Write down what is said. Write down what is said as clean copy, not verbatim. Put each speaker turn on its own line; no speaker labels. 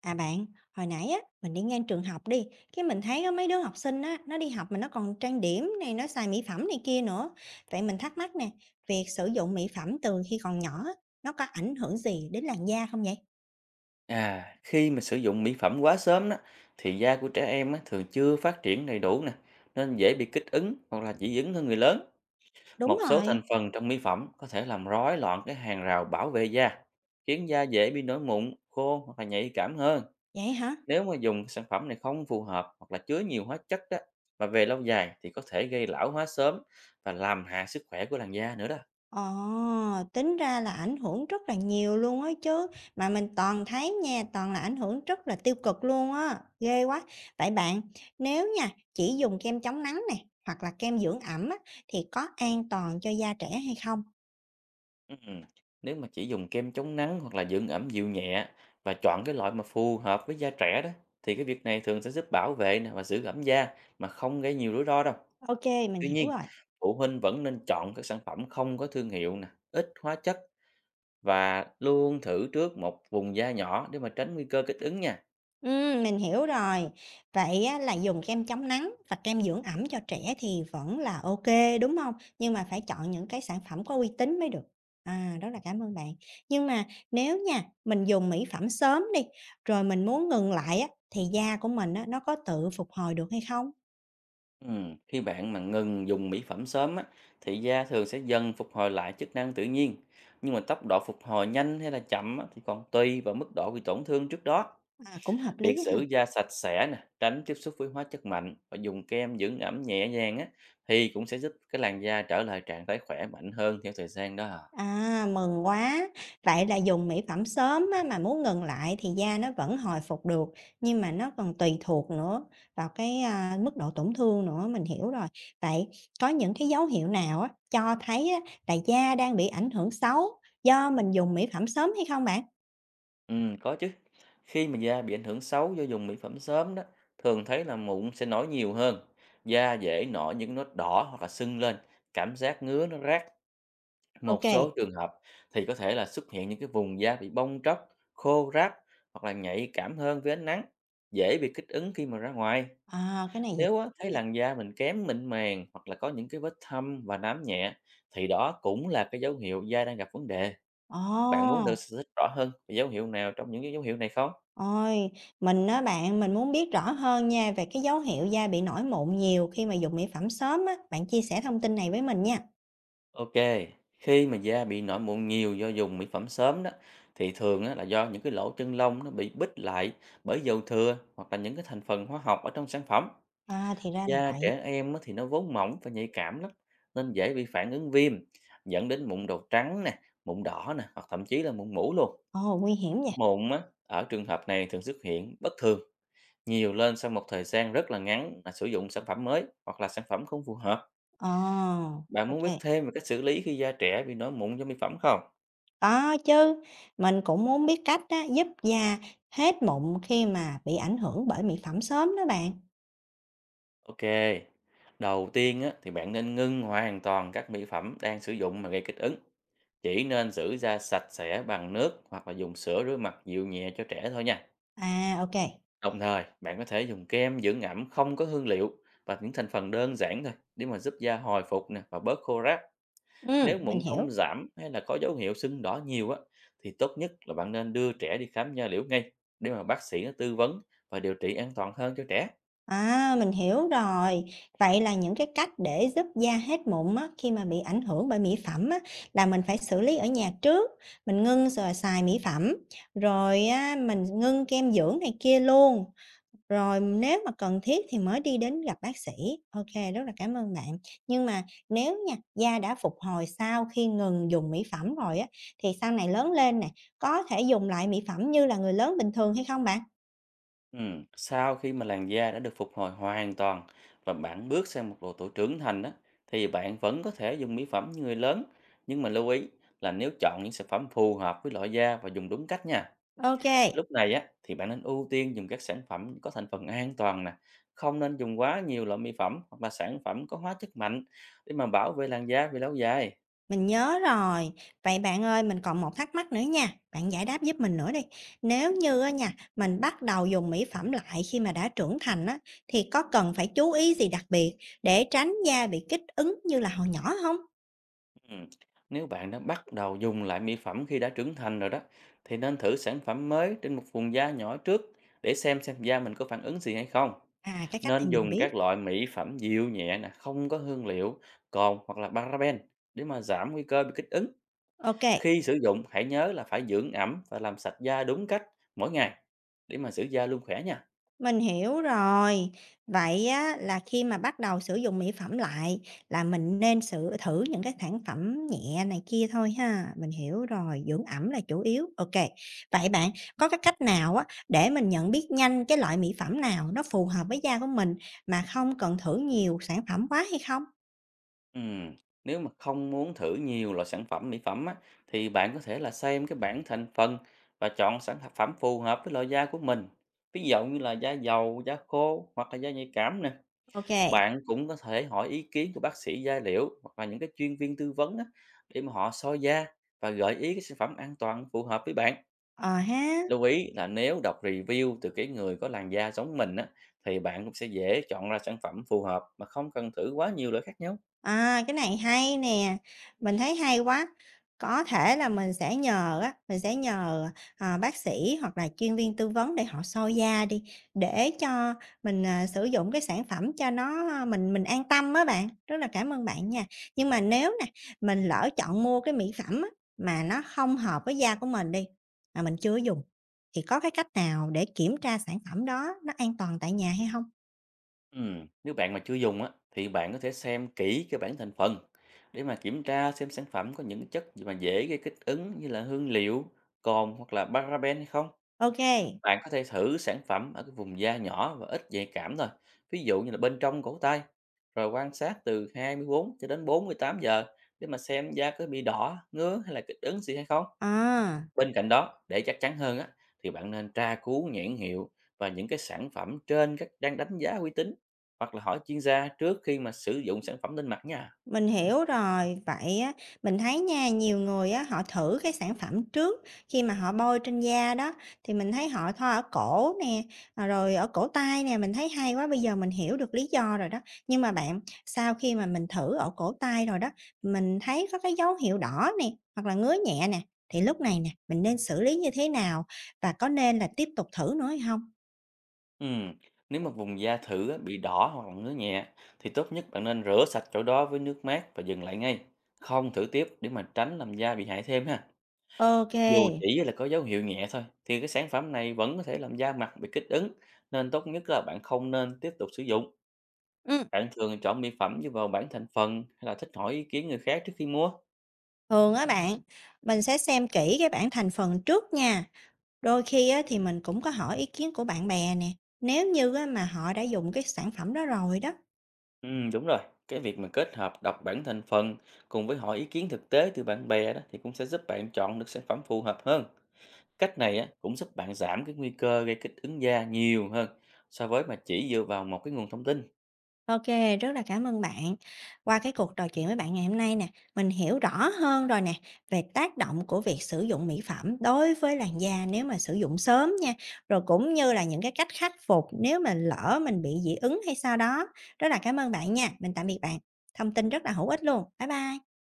À bạn, hồi nãy á, mình đi ngang trường học đi, cái mình thấy có mấy đứa học sinh á, nó đi học mà nó còn trang điểm này, nó xài mỹ phẩm này kia nữa. Vậy mình thắc mắc nè, việc sử dụng mỹ phẩm từ khi còn nhỏ, á, nó có ảnh hưởng gì đến làn da không vậy?
À, khi mà sử dụng mỹ phẩm quá sớm đó, thì da của trẻ em á, thường chưa phát triển đầy đủ nè, nên dễ bị kích ứng hoặc là dị ứng hơn người lớn.
Đúng
Một số thành
rồi,
phần trong mỹ phẩm có thể làm rối loạn cái hàng rào bảo vệ da, khiến da dễ bị nổi mụn, khô hoặc là nhạy cảm hơn.
vậy hả?
Nếu mà dùng cái sản phẩm này không phù hợp hoặc là chứa nhiều hóa chất đó, và về lâu dài thì có thể gây lão hóa sớm và làm hại sức khỏe của làn da nữa đó.
Ờ, tính ra là ảnh hưởng rất là nhiều luôn á chứ, mà mình toàn thấy nha, toàn là ảnh hưởng rất là tiêu cực luôn á, ghê quá. Vậy bạn, nếu nha, chỉ dùng kem chống nắng nè, hoặc là kem dưỡng ẩm á, thì có an toàn cho da trẻ hay không?
Ừm, Nếu mà chỉ dùng kem chống nắng hoặc là dưỡng ẩm dịu nhẹ và chọn cái loại mà phù hợp với da trẻ đó thì cái việc này thường sẽ giúp bảo vệ nè và giữ ẩm da mà không gây nhiều rủi ro đâu.
OK, mình
Tuy
hiểu
nhiên,
rồi.
phụ huynh vẫn nên chọn các sản phẩm không có thương hiệu nè, ít hóa chất và luôn thử trước một vùng da nhỏ để mà tránh nguy cơ kích ứng nha.
Mình hiểu rồi. Vậy á, là dùng kem chống nắng và kem dưỡng ẩm cho trẻ thì vẫn là ok đúng không? Nhưng mà phải chọn những cái sản phẩm có uy tín mới được. À, rất là cảm ơn bạn. Nhưng mà nếu nha, mình dùng mỹ phẩm sớm đi, rồi mình muốn ngừng lại á, thì da của mình á, nó có tự phục hồi được hay không?
Khi bạn mà ngừng dùng mỹ phẩm sớm á, thì da thường sẽ dần phục hồi lại chức năng tự nhiên. Nhưng mà tốc độ phục hồi nhanh hay là chậm á, thì còn tùy vào mức độ bị tổn thương trước đó.
À, cũng hợp lý.
Việc giữ da sạch sẽ nè, tránh tiếp xúc với hóa chất mạnh và dùng kem dưỡng ẩm nhẹ nhàng á, thì cũng sẽ giúp cái làn da trở lại trạng thái khỏe mạnh hơn theo thời gian đó. À.
À, mừng quá! Vậy là dùng mỹ phẩm sớm á, mà muốn ngừng lại thì da nó vẫn hồi phục được, nhưng mà nó còn tùy thuộc nữa vào cái, a, mức độ tổn thương nữa, mình hiểu rồi. Vậy có những cái dấu hiệu nào á, cho thấy á, là da đang bị ảnh hưởng xấu do mình dùng mỹ phẩm sớm hay không bạn?
Ừ, có chứ. Khi mà da bị ảnh hưởng xấu do dùng mỹ phẩm sớm đó, thường thấy là mụn sẽ nổi nhiều hơn, da dễ nổi những nốt đỏ hoặc là sưng lên, cảm giác ngứa nó rát. Một
OK.
số trường hợp thì có thể là xuất hiện những cái vùng da bị bong tróc, khô ráp hoặc là nhạy cảm hơn với ánh nắng, dễ bị kích ứng khi mà ra ngoài.
À, cái này dễ
Nếu á,
thấy
thấy
nè.
làn da mình kém mịn màng hoặc là có những cái vết thâm và nám nhẹ thì đó cũng là cái dấu hiệu da đang gặp vấn đề.
Ồ,
Bạn muốn được giải thích rõ hơn về dấu hiệu nào trong những cái dấu hiệu này không?
ôi, mình á bạn, mình muốn biết rõ hơn nha về cái dấu hiệu da bị nổi mụn nhiều khi mà dùng mỹ phẩm sớm á, bạn chia sẻ thông tin này với mình nha.
Ok, khi mà da bị nổi mụn nhiều do dùng mỹ phẩm sớm đó thì thường á, là do những cái lỗ chân lông nó bị bít lại bởi dầu thừa hoặc là những cái thành phần hóa học ở trong sản phẩm.
À, thì ra là
Da
vậy.
trẻ em á, thì nó vốn mỏng và nhạy cảm lắm, nên dễ bị phản ứng viêm, dẫn đến mụn đầu trắng nè, mụn đỏ nè, hoặc thậm chí là mụn mủ luôn.
Ồ, nguy hiểm nha.
Mụn á, ở trường hợp này thường xuất hiện bất thường, nhiều lên sau một thời gian rất là ngắn là sử dụng sản phẩm mới hoặc là sản phẩm không phù hợp.
Ờ,
Bạn
OK.
muốn biết thêm về cách xử lý khi da trẻ bị nổi mụn do mỹ phẩm không?
Có chứ, mình cũng muốn biết cách á, giúp da hết mụn khi mà bị ảnh hưởng bởi mỹ phẩm sớm đó bạn.
Ok, đầu tiên á, thì bạn nên ngưng hoàn toàn các mỹ phẩm đang sử dụng mà gây kích ứng. Chỉ nên giữ da sạch sẽ bằng nước hoặc là dùng sữa rửa mặt dịu nhẹ cho trẻ thôi nha.
À, ok kê.
Đồng thời, bạn có thể dùng kem dưỡng ẩm không có hương liệu và những thành phần đơn giản thôi, để mà giúp da hồi phục nè và bớt khô ráp. Nếu mụn
Mình hiểu.
không giảm hay là có dấu hiệu sưng đỏ nhiều á, thì tốt nhất là bạn nên đưa trẻ đi khám nha liễu ngay, để mà bác sĩ nó tư vấn và điều trị an toàn hơn cho trẻ.
À, mình hiểu rồi. Vậy là những cái cách để giúp da hết mụn á, khi mà bị ảnh hưởng bởi mỹ phẩm á, là mình phải xử lý ở nhà trước, mình ngưng rồi xài mỹ phẩm, rồi á, mình ngưng kem dưỡng này kia luôn. Rồi nếu mà cần thiết thì mới đi đến gặp bác sĩ. OK, rất là cảm ơn bạn. Nhưng mà nếu nha, da đã phục hồi sau khi ngừng dùng mỹ phẩm rồi á, thì sau này lớn lên nè, có thể dùng lại mỹ phẩm như là người lớn bình thường hay không bạn?
Ừ. Sau khi mà làn da đã được phục hồi hoàn toàn và bạn bước sang một độ tuổi trưởng thành á, thì bạn vẫn có thể dùng mỹ phẩm như người lớn. Nhưng mà lưu ý là nếu chọn những sản phẩm phù hợp với loại da và dùng đúng cách nha.
OK.
Lúc này á, thì bạn nên ưu tiên dùng các sản phẩm có thành phần an toàn nè, không nên dùng quá nhiều loại mỹ phẩm hoặc là sản phẩm có hóa chất mạnh, để mà bảo vệ làn da về lâu dài.
Mình nhớ rồi. Vậy bạn ơi, mình còn một thắc mắc nữa nha, bạn giải đáp giúp mình nữa đi. Nếu như á nha, mình bắt đầu dùng mỹ phẩm lại khi mà đã trưởng thành á, thì có cần phải chú ý gì đặc biệt để tránh da bị kích ứng như là hồi nhỏ không?
Ừ. Nếu bạn đã bắt đầu dùng lại mỹ phẩm khi đã trưởng thành rồi đó, thì nên thử sản phẩm mới trên một vùng da nhỏ trước, để xem da mình có phản ứng gì hay không.
À, cái cách
Nên
này mình
dùng
biết.
các loại mỹ phẩm dịu nhẹ nè, không có hương liệu, cồn hoặc là paraben, để mà giảm nguy cơ bị kích ứng.
OK.
Khi sử dụng, hãy nhớ là phải dưỡng ẩm và làm sạch da đúng cách mỗi ngày để mà giữ da luôn khỏe nha.
Mình hiểu rồi. Vậy á, là khi mà bắt đầu sử dụng mỹ phẩm lại là mình nên sử thử những cái sản phẩm nhẹ này kia thôi ha. Mình hiểu rồi, dưỡng ẩm là chủ yếu. OK. Vậy bạn có cái cách nào á, để mình nhận biết nhanh cái loại mỹ phẩm nào nó phù hợp với da của mình mà không cần thử nhiều sản phẩm quá hay không?
Ừm, Nếu mà không muốn thử nhiều loại sản phẩm mỹ phẩm á, thì bạn có thể là xem cái bảng thành phần và chọn sản phẩm phù hợp với loại da của mình. Ví dụ như là da dầu, da khô hoặc là da nhạy cảm nè.
OK.
Bạn cũng có thể hỏi ý kiến của bác sĩ da liễu hoặc là những cái chuyên viên tư vấn á, để mà họ soi da và gợi ý cái sản phẩm an toàn phù hợp với bạn.
Ờ ha.
Lưu ý là nếu đọc review từ cái người có làn da giống mình á, thì bạn cũng sẽ dễ chọn ra sản phẩm phù hợp mà không cần thử quá nhiều loại khác nhau.
À, cái này hay nè, mình thấy hay quá. Có thể là mình sẽ nhờ á, mình sẽ nhờ, ờ, bác sĩ hoặc là chuyên viên tư vấn để họ soi da đi, để cho mình, à, sử dụng cái sản phẩm cho nó, a, mình an tâm á bạn. Rất là cảm ơn bạn nha. Nhưng mà nếu nè, mình lỡ chọn mua cái mỹ phẩm á, mà nó không hợp với da của mình đi, mà mình chưa dùng, thì có cái cách nào để kiểm tra sản phẩm đó nó an toàn tại nhà hay không?
Nếu bạn mà chưa dùng á, thì bạn có thể xem kỹ cái bảng thành phần để mà kiểm tra xem sản phẩm có những chất gì mà dễ gây kích ứng, như là hương liệu, cồn hoặc là paraben hay không.
OK.
Bạn có thể thử sản phẩm ở cái vùng da nhỏ và ít nhạy cảm thôi, ví dụ như là bên trong cổ tay, rồi quan sát từ 24 cho đến 48 giờ để mà xem da có bị đỏ, ngứa hay là kích ứng gì hay không.
À.
Bên cạnh đó, để chắc chắn hơn á, thì bạn nên tra cứu nhãn hiệu và những cái sản phẩm trên các trang đánh giá uy tín, hoặc là hỏi chuyên gia trước khi mà sử dụng sản phẩm lên mặt nha.
Mình hiểu rồi, vậy á, mình thấy nha, nhiều người á, họ thử cái sản phẩm trước khi mà họ bôi trên da đó, thì mình thấy họ thoa ở cổ nè, à, rồi ở cổ tay nè, mình thấy hay quá, bây giờ mình hiểu được lý do rồi đó. Nhưng mà bạn, sau khi mà mình thử ở cổ tay rồi đó, mình thấy có cái dấu hiệu đỏ nè, hoặc là ngứa nhẹ nè, thì lúc này nè, mình nên xử lý như thế nào và có nên là tiếp tục thử nữa hay không?
Ừm, nếu mà vùng da thử á, bị đỏ hoặc là ngứa nhẹ thì tốt nhất bạn nên rửa sạch chỗ đó với nước mát và dừng lại ngay. Không thử tiếp để mà tránh làm da bị hại thêm ha. Dù
OK.
chỉ là có dấu hiệu nhẹ thôi thì cái sản phẩm này vẫn có thể làm da mặt bị kích ứng, nên tốt nhất là bạn không nên tiếp tục sử dụng.
Ừm,
Bạn thường chọn mỹ phẩm dựa vào bảng thành phần hay là thích hỏi ý kiến người khác trước khi mua?
thường á bạn, mình sẽ xem kỹ cái bảng thành phần trước nha. Đôi khi á, thì mình cũng có hỏi ý kiến của bạn bè nè, nếu như á, mà họ đã dùng cái sản phẩm đó rồi đó.
Ừ, đúng rồi. Cái việc mà kết hợp đọc bảng thành phần cùng với hỏi ý kiến thực tế từ bạn bè đó thì cũng sẽ giúp bạn chọn được sản phẩm phù hợp hơn. Cách này á, cũng giúp bạn giảm cái nguy cơ gây kích ứng da nhiều hơn so với mà chỉ dựa vào một cái nguồn thông tin.
OK, rất là cảm ơn bạn. Qua cái cuộc trò chuyện với bạn ngày hôm nay nè, mình hiểu rõ hơn rồi nè về tác động của việc sử dụng mỹ phẩm đối với làn da nếu mà sử dụng sớm nha, rồi cũng như là những cái cách khắc phục nếu mà lỡ mình bị dị ứng hay sao đó. Rất là cảm ơn bạn nha. Mình tạm biệt bạn. Thông tin rất là hữu ích luôn. Bye bye.